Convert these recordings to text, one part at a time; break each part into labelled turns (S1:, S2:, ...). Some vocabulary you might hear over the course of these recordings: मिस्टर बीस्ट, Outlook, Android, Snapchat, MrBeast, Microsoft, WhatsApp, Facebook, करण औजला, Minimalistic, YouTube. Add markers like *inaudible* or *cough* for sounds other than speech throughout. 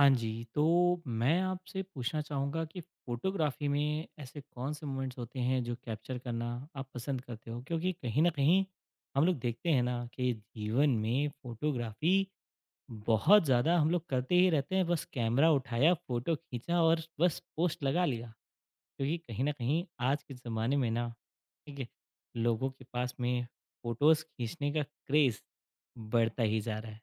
S1: हाँ जी, तो मैं आपसे पूछना चाहूँगा कि photography में ऐसे कौन-से मोमेंट्स होते हैं जो कैप्चर करना आप पसंद करते हो? क्योंकि कहीं न कहीं हम लोग देखते हैं ना कि जीवन में फ़ोटोग्राफ़ी बहुत ज़्यादा हम लोग करते ही रहते हैं, बस कैमरा उठाया, फ़ोटो खींचा और बस पोस्ट लगा लिया। क्योंकि कहीं न कहीं आज के ज़माने में ना, ठीक है, लोगों के पास में फ़ोटोज़ खींचने का क्रेज़ बढ़ता ही जा रहा है।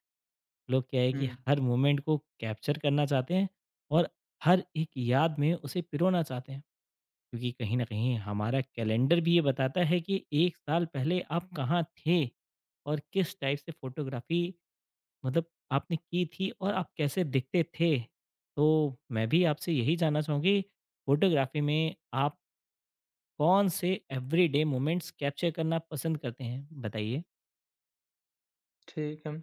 S1: लोग क्या है कि
S2: हुँ,
S1: हर मोमेंट को कैप्चर करना चाहते हैं और हर एक याद में उसे पिरोना चाहते हैं क्योंकि कहीं ना कहीं हमारा कैलेंडर भी ये बताता है कि एक साल पहले आप कहाँ थे और किस टाइप से फोटोग्राफी मतलब आपने की थी और आप कैसे दिखते थे। तो मैं भी आपसे यही जानना चाहूँगी, फोटोग्राफी में आप कौन से एवरीडे मोमेंट्स कैप्चर करना पसंद करते हैं बताइए।
S2: ठीक है।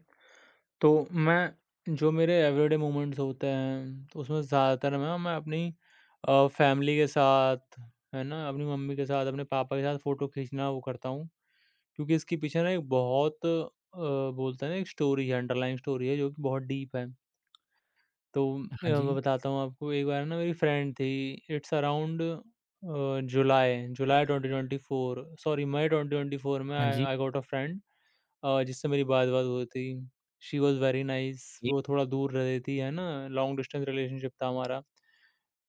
S2: तो मैं जो मेरे एवरीडे मोमेंट्स होते हैं, तो उसमें ज़्यादातर ना मैं अपनी फ़ैमिली के साथ, है ना, अपनी मम्मी के साथ, अपने पापा के साथ फ़ोटो खींचना वो करता हूँ। क्योंकि इसके पीछे ना एक बहुत बोलते हैं ना एक स्टोरी है, अंडरलाइंग स्टोरी है, जो कि बहुत डीप है। तो
S1: हाँ
S2: मैं
S1: जी।
S2: बताता हूँ आपको, एक बार ना मेरी फ्रेंड थी, it's around July July 2024, sorry May 2024 में
S1: हाँ
S2: आई
S1: जी।
S2: आई गॉट अ फ्रेंड, जिससे मेरी बात-वात हुई थी। शी वॉज़ वेरी नाइस,
S1: ये-
S2: वो थोड़ा दूर रहती है ना, लॉन्ग डिस्टेंस रिलेशनशिप था हमारा।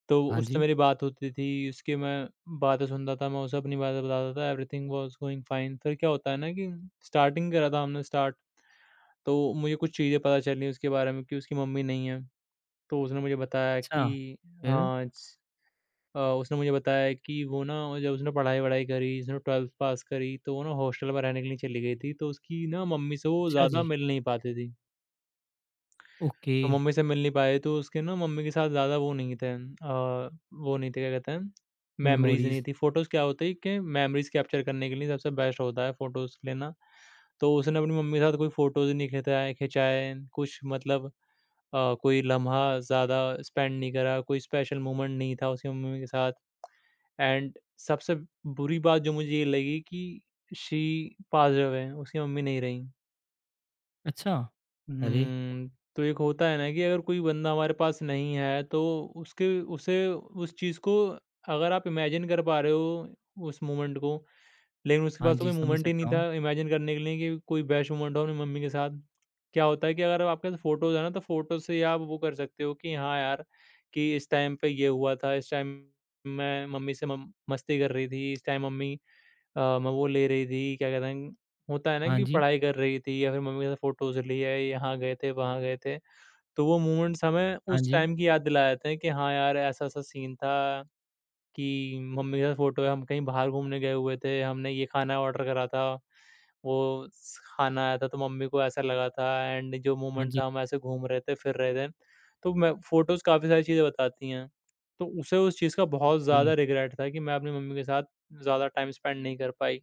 S2: तो
S1: हाँ
S2: उससे
S1: जी।
S2: मेरी बात होती थी, उसकी मैं बातें सुनता था, मैं उसे अपनी बातें बताता था, एवरीथिंग वॉज़ गोइंग फाइन। फिर क्या होता है ना कि स्टार्टिंग करा था हमने स्टार्ट, तो मुझे कुछ चीज़ें पता चलीं उसके बारे में कि उसकी मम्मी नहीं है। तो उसने मुझे बताया
S1: अच्छा,
S2: कि
S1: फिर।
S2: हाँ, उसने मुझे बताया कि वो ना जब उसने पढ़ाई-वढ़ाई करी, उसने 12th पास करी, तो वो ना हॉस्टल में रहने के लिए चली गई थी, तो उसकी ना मम्मी से वो
S1: अच्छा
S2: ज़्यादा
S1: जी।
S2: मिल नहीं पाती थी।
S1: ओके।
S2: तो मम्मी से मिल नहीं पाए, तो उसके ना मम्मी के साथ ज़्यादा वो नहीं थे, क्या कहते हैं, मेमोरीज़ नहीं
S1: मेमोरीज़।
S2: थी। फ़ोटोज़ क्या होती है कि मेमोरीज़ कैप्चर करने के लिए सबसे बेस्ट होता है फ़ोटोज़ लेना। तो उसने अपनी मम्मी के साथ कोई फ़ोटोज़ नहीं खिताए खिंचाए, कुछ मतलब कोई लम्हा ज़्यादा स्पेंड नहीं करा, कोई स्पेशल मोमेंट नहीं था उसकी मम्मी के साथ। एंड सबसे बुरी बात जो मुझे ये लगी कि शी पास्ड अवे, उसकी मम्मी नहीं रहीं।
S1: अच्छा। अरे!
S2: हुँ, तो एक होता है ना कि अगर कोई बंदा हमारे पास नहीं है तो उसके उसे उस चीज़ को अगर आप इमेजिन कर पा रहे हो उस मोमेंट को, लेकिन उसके
S1: हाँ
S2: पास तो
S1: जी,
S2: कोई
S1: समझ
S2: मोमेंट ही नहीं
S1: सकता हूँ।
S2: था इमेजिन करने के लिए कि कोई बेस्ट मोमेंट हो अपनी मम्मी के साथ। क्या होता है कि अगर आपके पास फ़ोटोज़ है ना तो फ़ोटोज़ से आप वो कर सकते हो कि हाँ यार, कि इस टाइम पे ये हुआ था, इस टाइम मैं मम्मी से मम मस्ती कर रही थी, इस टाइम मम्मी अ, म वो ले रही थी, क्या कहते हैं होता है ना
S1: हाँ
S2: कि
S1: जी।
S2: पढ़ाई कर रही थी या फिर मम्मी के साथ फ़ोटोज़ लिए, यहाँ गए थे, वहाँ गए थे। तो वो मोमेंट्स हमें
S1: हाँ
S2: उस
S1: जी।
S2: टाइम की याद दिला देते हैं कि हाँ यार, ऐसा-ऐसा सीन था कि मम्मी के साथ फ़ोटो है, हम कहीं बाहर घूमने गए हुए थे, हमने ये खाना ऑर्डर करा था, वो स खाना आया था तो मम्मी को ऐसा लगा था एंड जो
S1: हाँ
S2: मोमेंट
S1: जी।
S2: था हम ऐसे घूम रहे थे, फिर रहे थे। तो मैं फ़ोटोज़ काफ़ी सारी चीज़ें बताती हैं। तो उसे उस चीज़ का बहुत
S1: जी।
S2: ज़्यादा रिग्रेट था कि मैं अपनी मम्मी के साथ ज़्यादा टाइम स्पेंड नहीं कर पाई।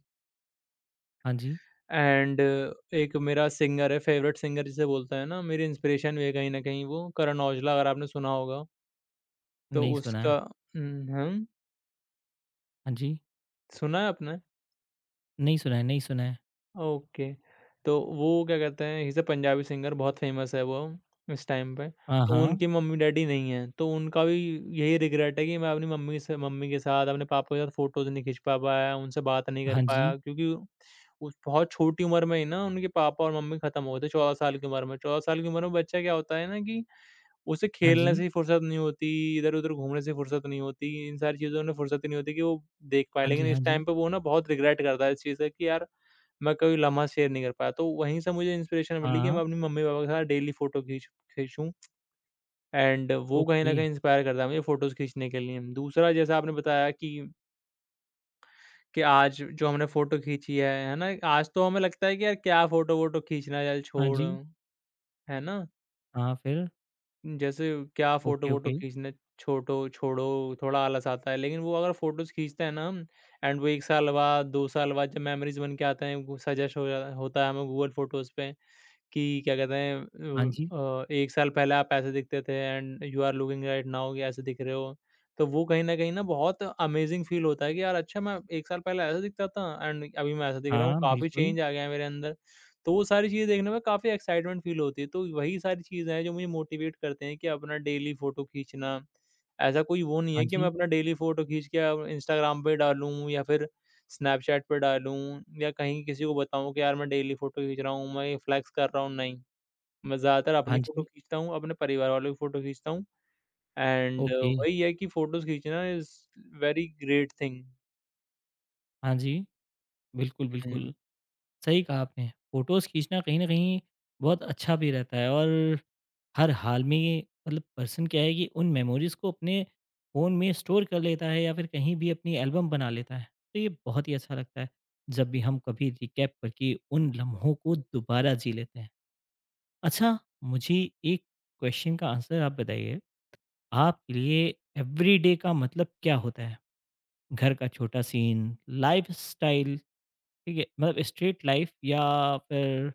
S1: हाँ जी।
S2: एंड एक मेरा सिंगर है, फ़ेवरेट सिंगर जिसे बोलते हैं ना, मेरी इंस्पिरेशन भी है कहीं न कहीं वो करण औजला, अगर आपने सुना होगा, तो
S1: नहीं सुना है।
S2: उसका। हुँ, हुँ।
S1: हाँ जी।
S2: सुना है आपने?
S1: नहीं सुना है, नहीं सुना है।
S2: ओके। तो वो क्या कहते हैं, इज़ अ पंजाबी सिंगर, बहुत फ़ेमस है वो, इस टाइम पे।
S1: हाँ,
S2: तो
S1: हाँ।
S2: उनकी मम्मी-डैडी नहीं हैं, तो उनका भी यही रिग्रेट है कि मैं अपनी मम्मी के साथ, अपने पापा के साथ फ़ोटोज़ नहीं खींच पा पाया, उनसे बात नहीं कर
S1: हाँ जी।
S2: पाया। क्योंकि उस बहुत छोटी उम्र में ही ना उनके पापा और मम्मी ख़त्म हो गए थे 14 साल की उम्र में। 14 साल की उम्र में बच्चा क्या होता है ना कि उसे
S1: हाँ जी।
S2: खेलने से ही फ़ुर्सत नहीं होती, इधर-उधर घूमने से फ़ुर्सत नहीं होती, इन सारी चीज़ों में फ़ुर्सत ही नहीं होती कि वो देख पाए।
S1: हाँ जी।
S2: लेकिन
S1: हाँ
S2: इस
S1: जी।
S2: टाइम पे वो ना बहुत रिग्रेट करता है इस चीज़ का कि यार मैं कोई लम्हा शेयर नहीं कर पाया। तो वहीं से मुझे इंस्पिरेशन मिली कि
S1: हाँ।
S2: मैं अपनी मम्मी-पापा के साथ डेली फ़ोटो खींचूँ एंड वो कहीं न
S1: ओके।
S2: कहीं इंस्पायर करता है मुझे फ़ोटोज़ खींचने के लिए। दूसरा जैसा आपने बताया कि आज जो हमने फ़ोटो खींची है ना? आज तो हमें लगता है कि यार क्या फ़ोटो-वोटो खींचना, यार
S1: हाँ
S2: छोड़,
S1: जी।
S2: है ना?
S1: हाँ, फिर?
S2: जैसे क्या
S1: ओके,
S2: फ़ोटो-वोटो
S1: ओके।
S2: खींचना छोटो छोड़ो, थोड़ा आलस आता है। लेकिन वो अगर फ़ोटोज़ खींचते हैं ना हम, एंड वो 1 साल बाद, 2 साल बाद जब मेमोरीज़ बन के आते हैं, वो सजेस्ट हो जाता होता है हमें गूगल फ़ोटोज़ पे कि क्या कहते हैं,
S1: हाँ जी।
S2: 1 साल पहले आप ऐसे दिखते थे and you are looking right now कि ऐसे दिख रहे हो। तो वो कहीं न कहीं ना बहुत अमेज़िंग फ़ील होता है कि यार अच्छा, मैं 1 साल पहले ऐसा दिखता था एंड अभी मैं ऐसा दिख रहा हूँ,
S1: हाँ,
S2: काफ़ी
S1: बिल्कुल।
S2: चेंज आ गया है मेरे अंदर। तो वो सारी चीज़ें देखने में काफ़ी एक्साइटमेंट फ़ील होती है। तो वही सारी चीज़ें हैं जो मुझे मोटिवेट करते हैं कि अपना डेली फ़ोटो खींचना। ऐसा कोई वो नहीं
S1: हाँ
S2: है कि मैं
S1: जी।
S2: अपना डेली फ़ोटो खींच के अब इंस्टाग्राम पे डालूँ या फिर स्नैपचैट पे डालूँ या कहीं किसी को बताऊँ कि यार मैं डेली फ़ोटो खींच रहा हूँ, मैं ये फ्लेक्स कर रहा हूँ, नहीं। मैं ज़्यादातर
S1: हाँ
S2: अपनी फ़ोटो
S1: जी।
S2: खींचता हूँ, अपने परिवार वालों की फ़ोटो खींचता हूँ एंड
S1: ओके।
S2: वही है कि फ़ोटोज़ खींचना इज़ वेरी ग्रेट थिंग।
S1: हाँ जी। बिल्कुल,
S2: हुँ।
S1: बिल्कुल। सही कहा आपने। फ़ोटोज़ खींचना कहीं न कहीं बहुत अच्छा भी रहता है और हर हाल में ये मतलब पर्सन क्या है कि उन मेमोरीज़ को अपने फ़ोन में स्टोर कर लेता है या फिर कहीं भी अपनी एल्बम बना लेता है। तो ये बहुत ही अच्छा लगता है, जब भी हम कभी रिकैप करके उन लम्हों को दोबारा जी लेते हैं। अच्छा, मुझे एक क्वेश्चन का आंसर आप बताइए, आपके लिए एवरीडे का मतलब क्या होता है? घर का छोटा सीन, लाइफ़स्टाइल, ठीक है? मतलब स्ट्रीट लाइफ़ या फिर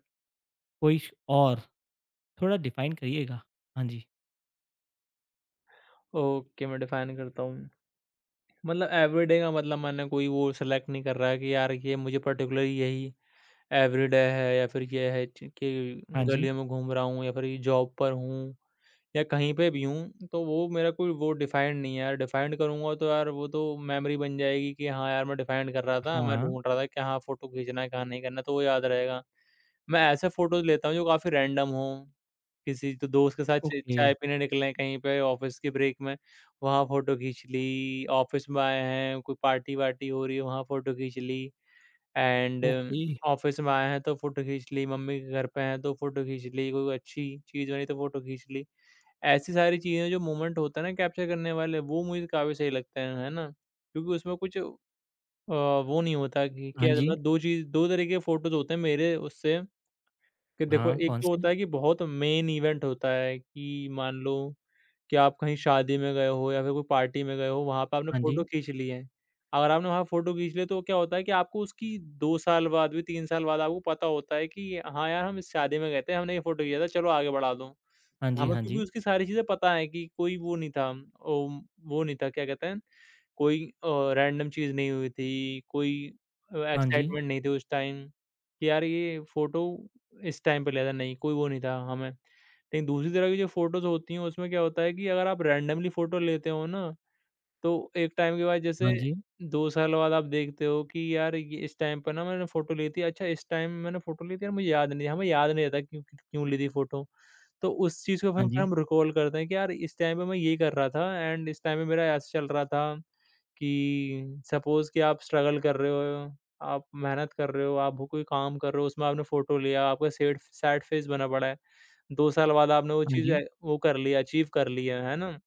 S1: कोई श और, थोड़ा डिफाइन करिएगा। हाँ जी।
S2: ओके, मैं डिफाइन करता हूँ। मतलब एवरीडे का मतलब मैंने कोई वो सेलेक्ट नहीं कर रहा है कि यार ये मुझे पर्टिकुलर यही एवरीडे है या फिर ये है च कि
S1: हाँ जी।
S2: गलियों में घूम रहा हूँ या फिर ये जॉब पर हूँ या कहीं पे भी हूँ, तो वो मेरा कोई वो डिफाइंड नहीं है यार, डिफाइंड करूँगा तो यार वो तो मेमोरी बन जाएगी कि हाँ यार, मैं डिफाइंड कर रहा था,
S1: हाँ,
S2: मैं
S1: हाँ।
S2: ढूँढ रहा था कि हाँ फ़ोटो खींचना है, कहाँ नहीं करना, तो वो याद रहेगा। मैं ऐसे फ़ोटोज़ लेता हूँ जो काफ़ी रैंडम हों, किसी तो दोस्त के साथ च
S1: ओके,
S2: चाय पीने निकले कहीं पे ऑफ़िस की ब्रेक में, वहाँ फ़ोटो खींच ली, ऑफ़िस में आए हैं, कोई पार्टी-वार्टी हो रही है, वहाँ फ़ोटो खींच ली, एंड
S1: ओके।
S2: ऑफ़िस में आए हैं तो फ़ोटो खींच ली, मम्मी के घर पे हैं तो फ़ोटो खींच ली, कोई अच्छी चीज़ बनी तो फ़ोटो खींच ली। ऐसी सारी चीज़ें जो मोमेंट होता है ना कैप्चर करने वाले वो मुझे काफ़ी सही लगते हैं, है ना? क्योंकि उसमें कुछ अ, वो नहीं होता कि
S1: हाँ
S2: क्या
S1: जी।
S2: मतलब, 2 चीज़, 2 तरीके के फ़ोटोज़ होते हैं मेरे उससे कि देखो,
S1: हाँ,
S2: एक
S1: कौन
S2: तो
S1: से?
S2: होता है कि बहुत मेन इवेंट होता है कि मान लो कि आप कहीं शादी में गए हो या फिर कोई पार्टी में गए हो, वहाँ पे आपने
S1: हाँ जी।
S2: फ़ोटो खींच ली है। अगर आपने वहाँ फ़ोटो खींच ली है तो क्या होता है कि आपको उसकी 2 साल बाद भी, 3 साल बाद आपको पता होता है कि हाँ यार, हम इस शादी में गए थे, हमने ये फ़ोटो खींचा था, चलो आगे बढ़ा दो।
S1: हाँ जी।
S2: हमें
S1: हाँ
S2: क्योंकि
S1: जी।
S2: उसकी सारी चीज़ें पता है कि कोई वो नहीं था, ओम वो नहीं था, क्या कहते हैं, कोई रैंडम चीज़ नहीं हुई थी, कोई
S1: हाँ जी।
S2: एक्साइटमेंट नहीं थी उस टाइम कि यार ये फ़ोटो इस टाइम पे लिया था, नहीं कोई वो नहीं था हमें। लेकिन दूसरी तरह की जो फ़ोटोज़ होती हैं उसमें क्या होता है कि अगर आप रैंडमली फ़ोटो लेते हो ना, तो एक टाइम के बाद
S1: हाँ
S2: जैसे
S1: जी।
S2: 2 साल बाद आप देखते हो कि यार ये इस टाइम पर ना मैंने फ़ोटो ली थी। अच्छा इस टाइम मैंने फ़ोटो ली थी यार मुझे याद नहीं है, हमें याद नहीं रहता क्यों क्यों ली थी फ़ोटो। तो उस चीज़ को फिर
S1: हाँ जी।
S2: हम रिकॉल करते हैं कि यार इस टाइम पे मैं ये कर रहा था एंड इस टाइम पे मेरा ऐसा चल रहा था कि सपोज़ कि आप स्ट्रगल कर रहे हो, आप मेहनत कर रहे हो, आप वो कोई काम कर रहे हो, उसमें आपने फ़ोटो लिया, आपका सैड सैड फेस बना पड़ा है। 2 साल बाद आपने वो
S1: हाँ
S2: चीज़
S1: जी।
S2: वो कर ली, अचीव कर ली है ना?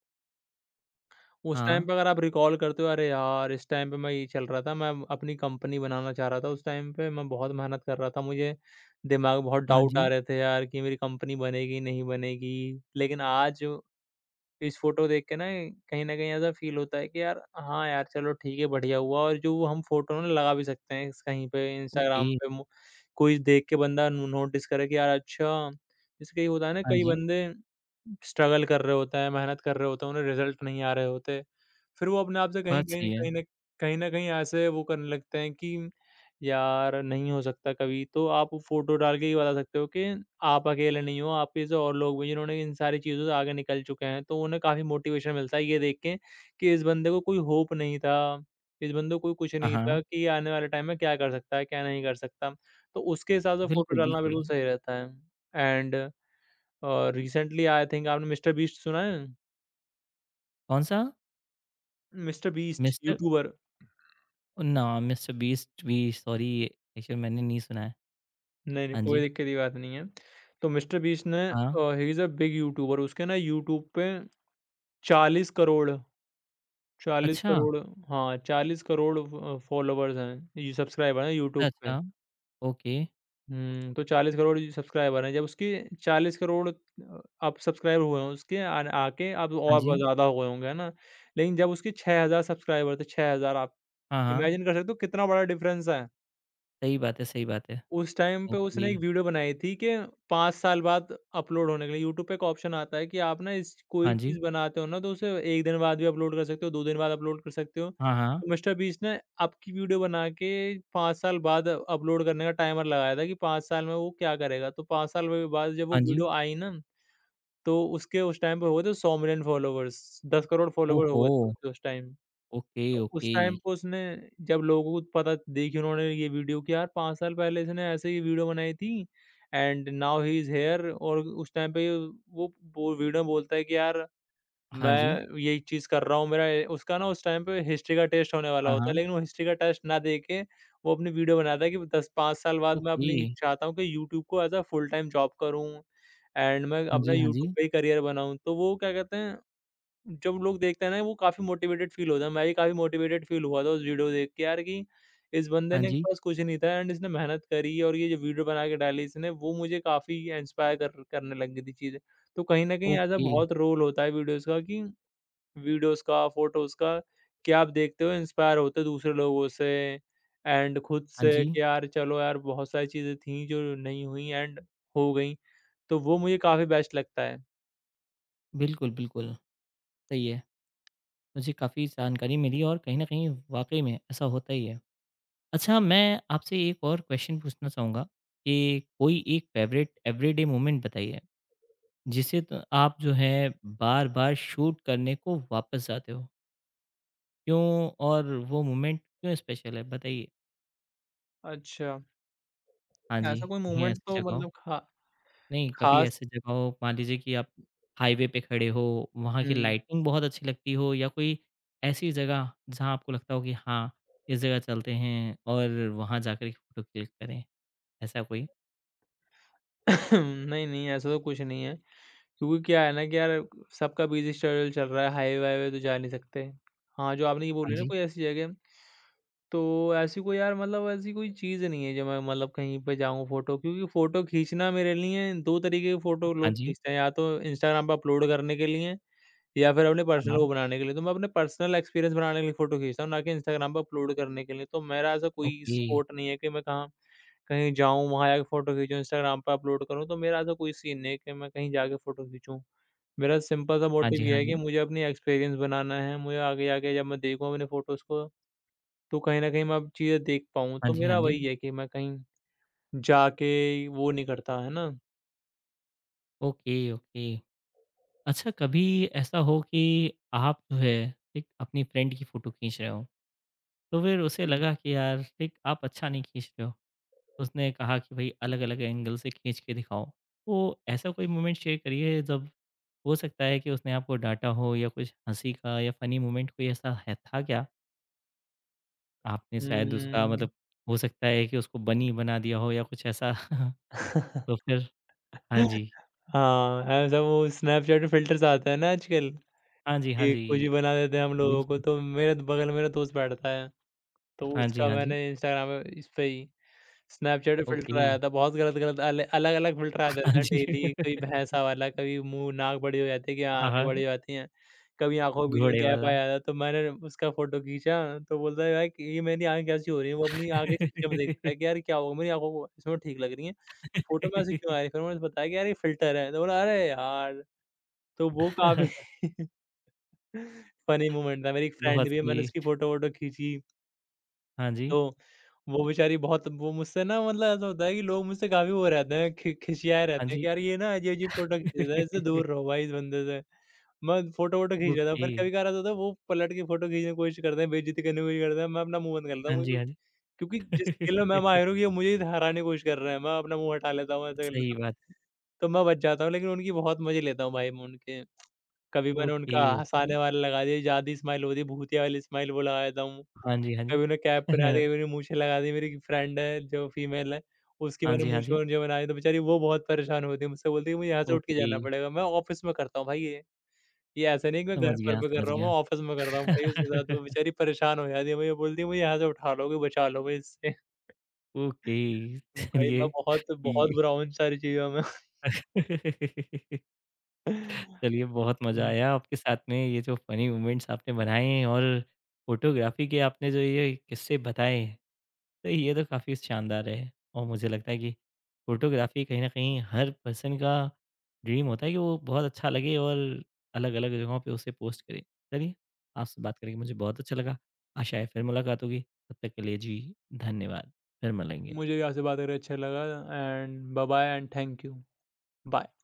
S2: उस
S1: हाँ।
S2: टाइम पे अगर आप रिकॉल करते हो, अरे यार! इस टाइम पे मैं ये चल रहा था, मैं अपनी कंपनी बनाना चाह रहा था उस टाइम पे। मैं बहुत मेहनत कर रहा था, मुझे दिमाग में बहुत
S1: हाँ
S2: डाउट आ
S1: जी।
S2: रहे थे यार कि मेरी कंपनी बनेगी, नहीं बनेगी। लेकिन आज इस फ़ोटो देख के ना कहीं न कहीं ऐसा फ़ील होता है कि यार हाँ यार, चलो ठीक है, बढ़िया हुआ। और जो वो हम फ़ोटो ना लगा भी सकते हैं इस कहीं पे
S1: ओके।
S2: इंस्टाग्राम पे मु कोई देख के बंदा नो नोटिस करे कि यार अच्छा, जैसे कई होता है ना,
S1: हाँ
S2: कई
S1: जी।
S2: बंदे स्ट्रगल कर रहे होते हैं, मेहनत कर रहे होते हैं, उन्हें रिज़ल्ट नहीं आ रहे होते। फिर वो अपने आप से कहीं
S1: बात सही
S2: कहीं
S1: है।
S2: कहीं न कहीं न कहीं ऐसे वो करने लगते हैं कि यार, नहीं हो सकता। कभी तो आप फ़ोटो डाल के ये बता सकते हो कि आप अकेले नहीं हो, आपके जैसे और लोग भी हैं जिन्होंने इन सारी चीज़ों से आगे निकल चुके हैं, तो उन्हें काफ़ी मोटिवेशन मिलता है ये देख के कि इस बंदे को कोई होप नहीं था, इस बंदे को कोई कुछ
S1: हाँ,
S2: नहीं
S1: हाँ।
S2: था कि ये आने वाले टाइम में क्या कर सकता है, क्या नहीं कर सकता। तो उसके हिसाब से फ़ोटो
S1: बिल्कुल,
S2: डालना
S1: बिल्कुल।
S2: बिल्कुल सही रहता है। And uh, recently I think आपने मिस्टर बीस्ट सुना है?
S1: कौन-सा?
S2: मिस्टर बीस्ट
S1: Mister
S2: YouTuber.
S1: ना, मिस्टर बीस्ट भी सॉरी एक्चुअली मैंने नहीं सुना है।
S2: नहीं, नहीं,
S1: हाँ
S2: कोई
S1: जी।
S2: दिक्कत की बात नहीं है। तो मिस्टर बीस्ट ने
S1: हाँ।
S2: He is a big YouTuber, उसके ना यूट्यूब पे 40 करोड़ 40
S1: अच्छा,
S2: करोड़ हाँ, 40 करोड़ फ फॉलोवर्स हैं, ये सब्सक्राइबर हैं
S1: अच्छा।
S2: यूट्यूब पे।
S1: अच्छा। ओके।
S2: तो 40 करोड़ ये सब्सक्राइबर हैं, जब उसकी 40 करोड़ अब सब्सक्राइबर हुए हों उसके, आन आके अब
S1: हाँ
S2: और बहुत
S1: जी।
S2: ज़्यादा हुए होंगे, है ना? लेकिन जब उसके 6000 सब्सक्राइबर थे, 6000 आप
S1: हाँ, हाँ।
S2: इमेजिन कर सकते हो कितना बड़ा डिफरेंस है।
S1: सही बात है, सही बात है।
S2: उस टाइम पे उसने
S1: ओके।
S2: एक वीडियो बनाई थी कि 5 साल बाद अपलोड होने के लिए यूट्यूब पे एक ऑप्शन आता है कि आप ना इस कोई
S1: हाँ जी।
S2: चीज़ बनाते हो ना तो उसे 1 दिन बाद भी अपलोड कर सकते हो, 2 दिन बाद अपलोड कर सकते हो।
S1: हाँ,
S2: तो
S1: हाँ।
S2: मिस्टर बीस्ट ने आपकी वीडियो बना के 5 साल बाद अपलोड करने का टाइमर लगाया था कि 5 साल में वो क्या करेगा। तो 5 साल वे बाद जब वो
S1: हाँ जी।
S2: वीडियो आई ना, तो उसके उस टाइम पे हो गए थे 100 मिलियन फॉलोवर्स, 10 करोड़ फॉलोवर हो
S1: ओहो!
S2: गए थे उसके उस टाइम।
S1: ओके,
S2: उस
S1: ओके।
S2: टाइम पे उसने, जब लोगों को पता देखी उन्होंने ये वीडियो कि यार 5 साल पहले इसने ऐसे ही वीडियो बनाई थी and now he is here, और उस टाइम पे वो वीडियो में बोलता है कि यार
S1: हाँ जी।
S2: मैं ये चीज़ कर रहा हूँ, मेरा ए उसका ना उस टाइम पे हिस्ट्री का टेस्ट होने वाला
S1: हाँ,
S2: होता है,
S1: हाँ।
S2: लेकिन वो हिस्ट्री का टेस्ट ना दे के वो अपनी वीडियो बनाता है कि 10-5 साल बाद मैं
S1: ओके।
S2: अपनी चाहता हूँ कि यूट्यूब को as a full time job करूँ एंड मैं
S1: हाँ
S2: अपना
S1: जी, हाँ जी।
S2: यूट्यूब पे ही करियर बनाऊँ। तो वो क्या कहते हैं, जब लोग देखते हैं ना, वो काफ़ी मोटिवेटेड फ़ील होता है। मैं भी काफ़ी मोटिवेटेड फ़ील हुआ था उस वीडियो देख के यार कि इस बंदे
S1: हाँ
S2: ने के
S1: जी।
S2: पास कुछ नहीं था एंड इसने मेहनत करी, और ये जो वीडियो बना के डाली इसने, वो मुझे काफ़ी इंस्पायर कर करने लग गई थी चीज़ें। तो कहीं न कहीं ऐसा
S1: ओके।
S2: बहुत रोल होता है वीडियोज़ का कि वीडियोज़ का, फ़ोटोज़ का कि आप देखते हो, इंस्पायर होते हो दूसरे लोगों से एंड खुद
S1: हाँ
S2: से
S1: जी।
S2: कि यार चलो यार, बहुत सारी चीज़ें थी जो नहीं हुई एंड हो गई। तो वो मुझे काफ़ी बेस्ट लगता है।
S1: बिल्कुल, बिल्कुल। सही है। मुझे काफ़ी जानकारी मिली और कहीं न कहीं वाक़ई में ऐसा होता ही है। अच्छा मैं आपसे एक और क्वेश्चन पूछना चाहूँगा कि कोई एक फ़ेवरेट एवरीडे मोमेंट बताइए, जिसे त आप जो है बार-बार शूट करने को वापस जाते हो? क्यों और वो मोमेंट क्यों स्पेशल है? बताइए।
S2: अच्छा।
S1: हाँ जी,
S2: ऐसा कोई
S1: कहीं
S2: मोमेंट
S1: ऐसी
S2: तो
S1: जगह हो।
S2: मतलब खा
S1: नहीं, कभी
S2: खास
S1: ऐसी जगहों मान लीजिए कि आप हाईवे पे खड़े हो, वहाँ की
S2: हुँ।
S1: लाइटिंग बहुत अच्छी लगती हो या कोई ऐसी जगह जहाँ आपको लगता हो कि हाँ, इस जगह चलते हैं और वहाँ जाकर के फ़ोटो क्लिक करें, ऐसा कोई?
S2: *laughs* नहीं, नहीं, ऐसा तो कुछ नहीं है, क्योंकि क्या है ना कि यार सबका बिज़ी शेड्यूल चल रहा है, हाईवे-वाईवे तो जा नहीं सकते। हाँ, जो आपने ये
S1: हाँ
S2: बोली ना
S1: जी,
S2: कोई ऐसी जगह, तो ऐसी कोई यार, मतलब ऐसी कोई चीज़ नहीं है जो मैं, मतलब कहीं पे जाऊँ फ़ोटो, क्योंकि फ़ोटो खींचना मेरे लिए, 2 तरीके की फ़ोटो
S1: हाँ
S2: लोग
S1: जी।
S2: खींचते हैं, या तो इंस्टाग्राम पे अपलोड करने के लिए या फिर अपने
S1: हाँ,
S2: पर्सनल
S1: हाँ।
S2: वो बनाने के लिए, तो मैं अपने पर्सनल एक्सपीरियंस बनाने के लिए फ़ोटो खींचता हूँ, ना कि इंस्टाग्राम पे अपलोड करने के लिए। तो मेरा ऐसा कोई
S1: ओके।
S2: स्पॉट नहीं है कि मैं कहाँ कहीं जाऊँ, वहाँ जाके फ़ोटो खींचूँ, इंस्टाग्राम पे अपलोड करूँ, तो मेरा ऐसा कोई सीन नहीं है कि मैं कहीं जाके फ़ोटो खींचूँ। मेरा सिंपल सा
S1: हाँ
S2: मोटिव
S1: जी।
S2: ये
S1: हाँ
S2: है कि
S1: जी।
S2: मुझे अपनी एक्सपीरियंस बनाना है, मुझे आगे जाके जब मैं देखूँ अपने फ़ोटोज़ को, तो कहीं न कहीं मैं अब चीज़ें देख पाऊँ,
S1: हाँ
S2: तो
S1: जी। हाँ
S2: मेरा
S1: जी।
S2: वही है कि मैं कहीं जाके वो नहीं करता, है ना?
S1: Okay, okay. अच्छा कभी ऐसा हो कि आप जो है एक अपनी फ्रेंड की फ़ोटो खींच रहे हो, तो फिर उसे
S2: हुँ,
S1: लगा कि यार एक आप अच्छा नहीं खींच रहे हो। उसने कहा कि भाई अलग-अलग एंगल से खींच के दिखाओ। तो ऐसा कोई मोमेंट शेयर करिए जब हो सकता है कि उसने आपको डाँटा हो या कुछ हँसी का या फ़नी मोमेंट कोई ऐसा है था क्या? आपने शायद उसका
S2: हुँ।
S1: मतलब हो सकता है कि उसको बनी बना दिया हो या कुछ ऐसा? *laughs* तो
S2: *laughs*
S1: फिर हाँ जी।
S2: हाँ, ऐसा वो स्नैपचैट में फ़िल्टर्स आते हैं ना आजकल,
S1: हाँ जी, हाँ
S2: कि कुछ भी
S1: जी।
S2: बना देते हैं हम लोगों को,
S1: बिल्कुल।
S2: तो मेरे बगल में मेरा दोस्त बैठता है, तो
S1: हाँ जी,
S2: उसका
S1: हाँ जी।
S2: मैंने इंस्टाग्राम पे इस पे ही स्नैपचैट पे फ़िल्टर
S1: ओके।
S2: आया था, बहुत गलत-गलत अल अलग-अलग फ़िल्टर आते
S1: हाँ
S2: रहते हैं
S1: जी।
S2: डेली,
S1: *laughs*
S2: कोई भैंसा वाला, कभी मुँह नाक बड़ी हो जाती है कि
S1: हाँ,
S2: आँखें बड़ी
S1: हाँ।
S2: हो जाती हैं, कभी आँखों के बीच में
S1: घोड़े
S2: गैप आ
S1: वाला।
S2: जाता है, तो मैंने उसका फ़ोटो खींचा, तो बोलता है यार कि ये मेरी आँखें कैसी हो रही हैं? वो अपनी आँखें शीशे में देखता है कि यार क्या होगा, मेरी आँखों को इसमें ठीक लग रही हैं, फ़ोटो में ऐसी क्यों आ
S1: *laughs*
S2: रही है? फिर उन्होंने बताया कि यार ये फ़िल्टर है, तो बोला अरे यार! तो वो काफ़ी फ़नी *laughs* मोमेंट था। मेरी एक फ्रेंड
S1: बहुत
S2: भी है, मैंने
S1: सही।
S2: उसकी फ़ोटो-वोटो खींची।
S1: हाँ जी।
S2: तो वो बेचारी बहुत वो मुझसे ना, मतलब ऐसा होता है कि लोग मुझसे काफ़ी वो रहते हैं, खि खिसियाए
S1: हाँ
S2: रहते हैं
S1: जी।
S2: कि यार ये ना अजीब-अजीब फ़ोटो खींच रहा है, इससे
S1: *laughs*
S2: दूर रहो भाई इस बंदे से। मैं फ़ोटो-वोटो खींच रहा था,
S1: ओके।
S2: फिर कभी-कभार ऐसा होता है वो पलट के फ़ोटो खींचने की कोशिश करते हैं, बेइज़्ज़ती करने की कोशिश करते हैं, मैं अपना मुँह बंद कर लेता
S1: हाँ
S2: हूँ
S1: जी,
S2: क्योंकि
S1: हाँ जी।
S2: क्योंकि जिस खेल में मैं
S1: *laughs*
S2: माहिर हूँ ये मुझे ही हराने की कोशिश कर रहे हैं, मैं अपना मुँह हटा लेता हूँ, ऐसा कर लेता
S1: सही
S2: हूँ।
S1: बात।
S2: तो मैं बच जाता हूँ, लेकिन उनकी बहुत मज़े लेता हूँ भाई मैं उनके। कभी मैंने
S1: ओके,
S2: उनका
S1: ओके।
S2: हँसाने वाला लगा दिया, जादुई स्माइल होती है, भूतिया वाली स्माइल वो लगा देता हूँ।
S1: हाँ जी, हाँ जी।
S2: कभी उन्हें कैप पहना दी,
S1: *laughs*
S2: कभी उन्हें मूंछें लगा दी। मेरी एक फ्रेंड है जो फीमेल है, उसकी
S1: हाँ
S2: मैंने
S1: जी, हाँ
S2: मूंछ
S1: जी।
S2: वूंछें बना दी तो बेचारी वो बहुत परेशान होती है, मुझसे बोलती है मुझे यहाँ से उठ के
S1: ओके,
S2: जाना पड़ेगा। मैं ऑफ़िस में करता हूँ भाई ये। ये ऐसा नहीं है कि मैं
S1: समझ
S2: घर पर
S1: गया,
S2: भी कर
S1: समझ
S2: रहा हूँ, मैं
S1: गया।
S2: ऑफ़िस में करता हूँ भाई उसके साथ, तो
S1: *laughs*
S2: बेचारी परेशान हो जाती है। मुझे बोलती है मुझे यहाँ से उठा लोगे, बचा लो मुझे इससे। *laughs*
S1: ओके,
S2: भाई
S1: चलिए
S2: मैं बहुत बहुत
S1: ये
S2: बुरा हूँ इन सारी चीज़ों में।
S1: *laughs*
S2: *laughs*
S1: चलिए बहुत मज़ा
S2: हुँ,
S1: आया आपके साथ में ये जो फ़नी मोमेंट्स आपने बनाए हैं और फ़ोटोग्राफ़ी के आपने जो ये किस्से बताए तो ये तो काफ़ी शानदार है और मुझे लगता है कि फ़ोटोग्राफ़ी कहीं न कहीं हर पर्सन का ड्रीम होता है कि वो बहुत अच्छा लगे और अलग-अलग जगहों पे उसे पोस्ट करे। चलिए, आपसे बात करके मुझे बहुत अच्छा लगा। आशा है फिर मुलाकात होगी। तब तक के लिए जी धन्यवाद। फिर मिलेंगे।
S2: मुझे भी आपसे बात करके अच्छा लगा and bye bye and thank you. Bye.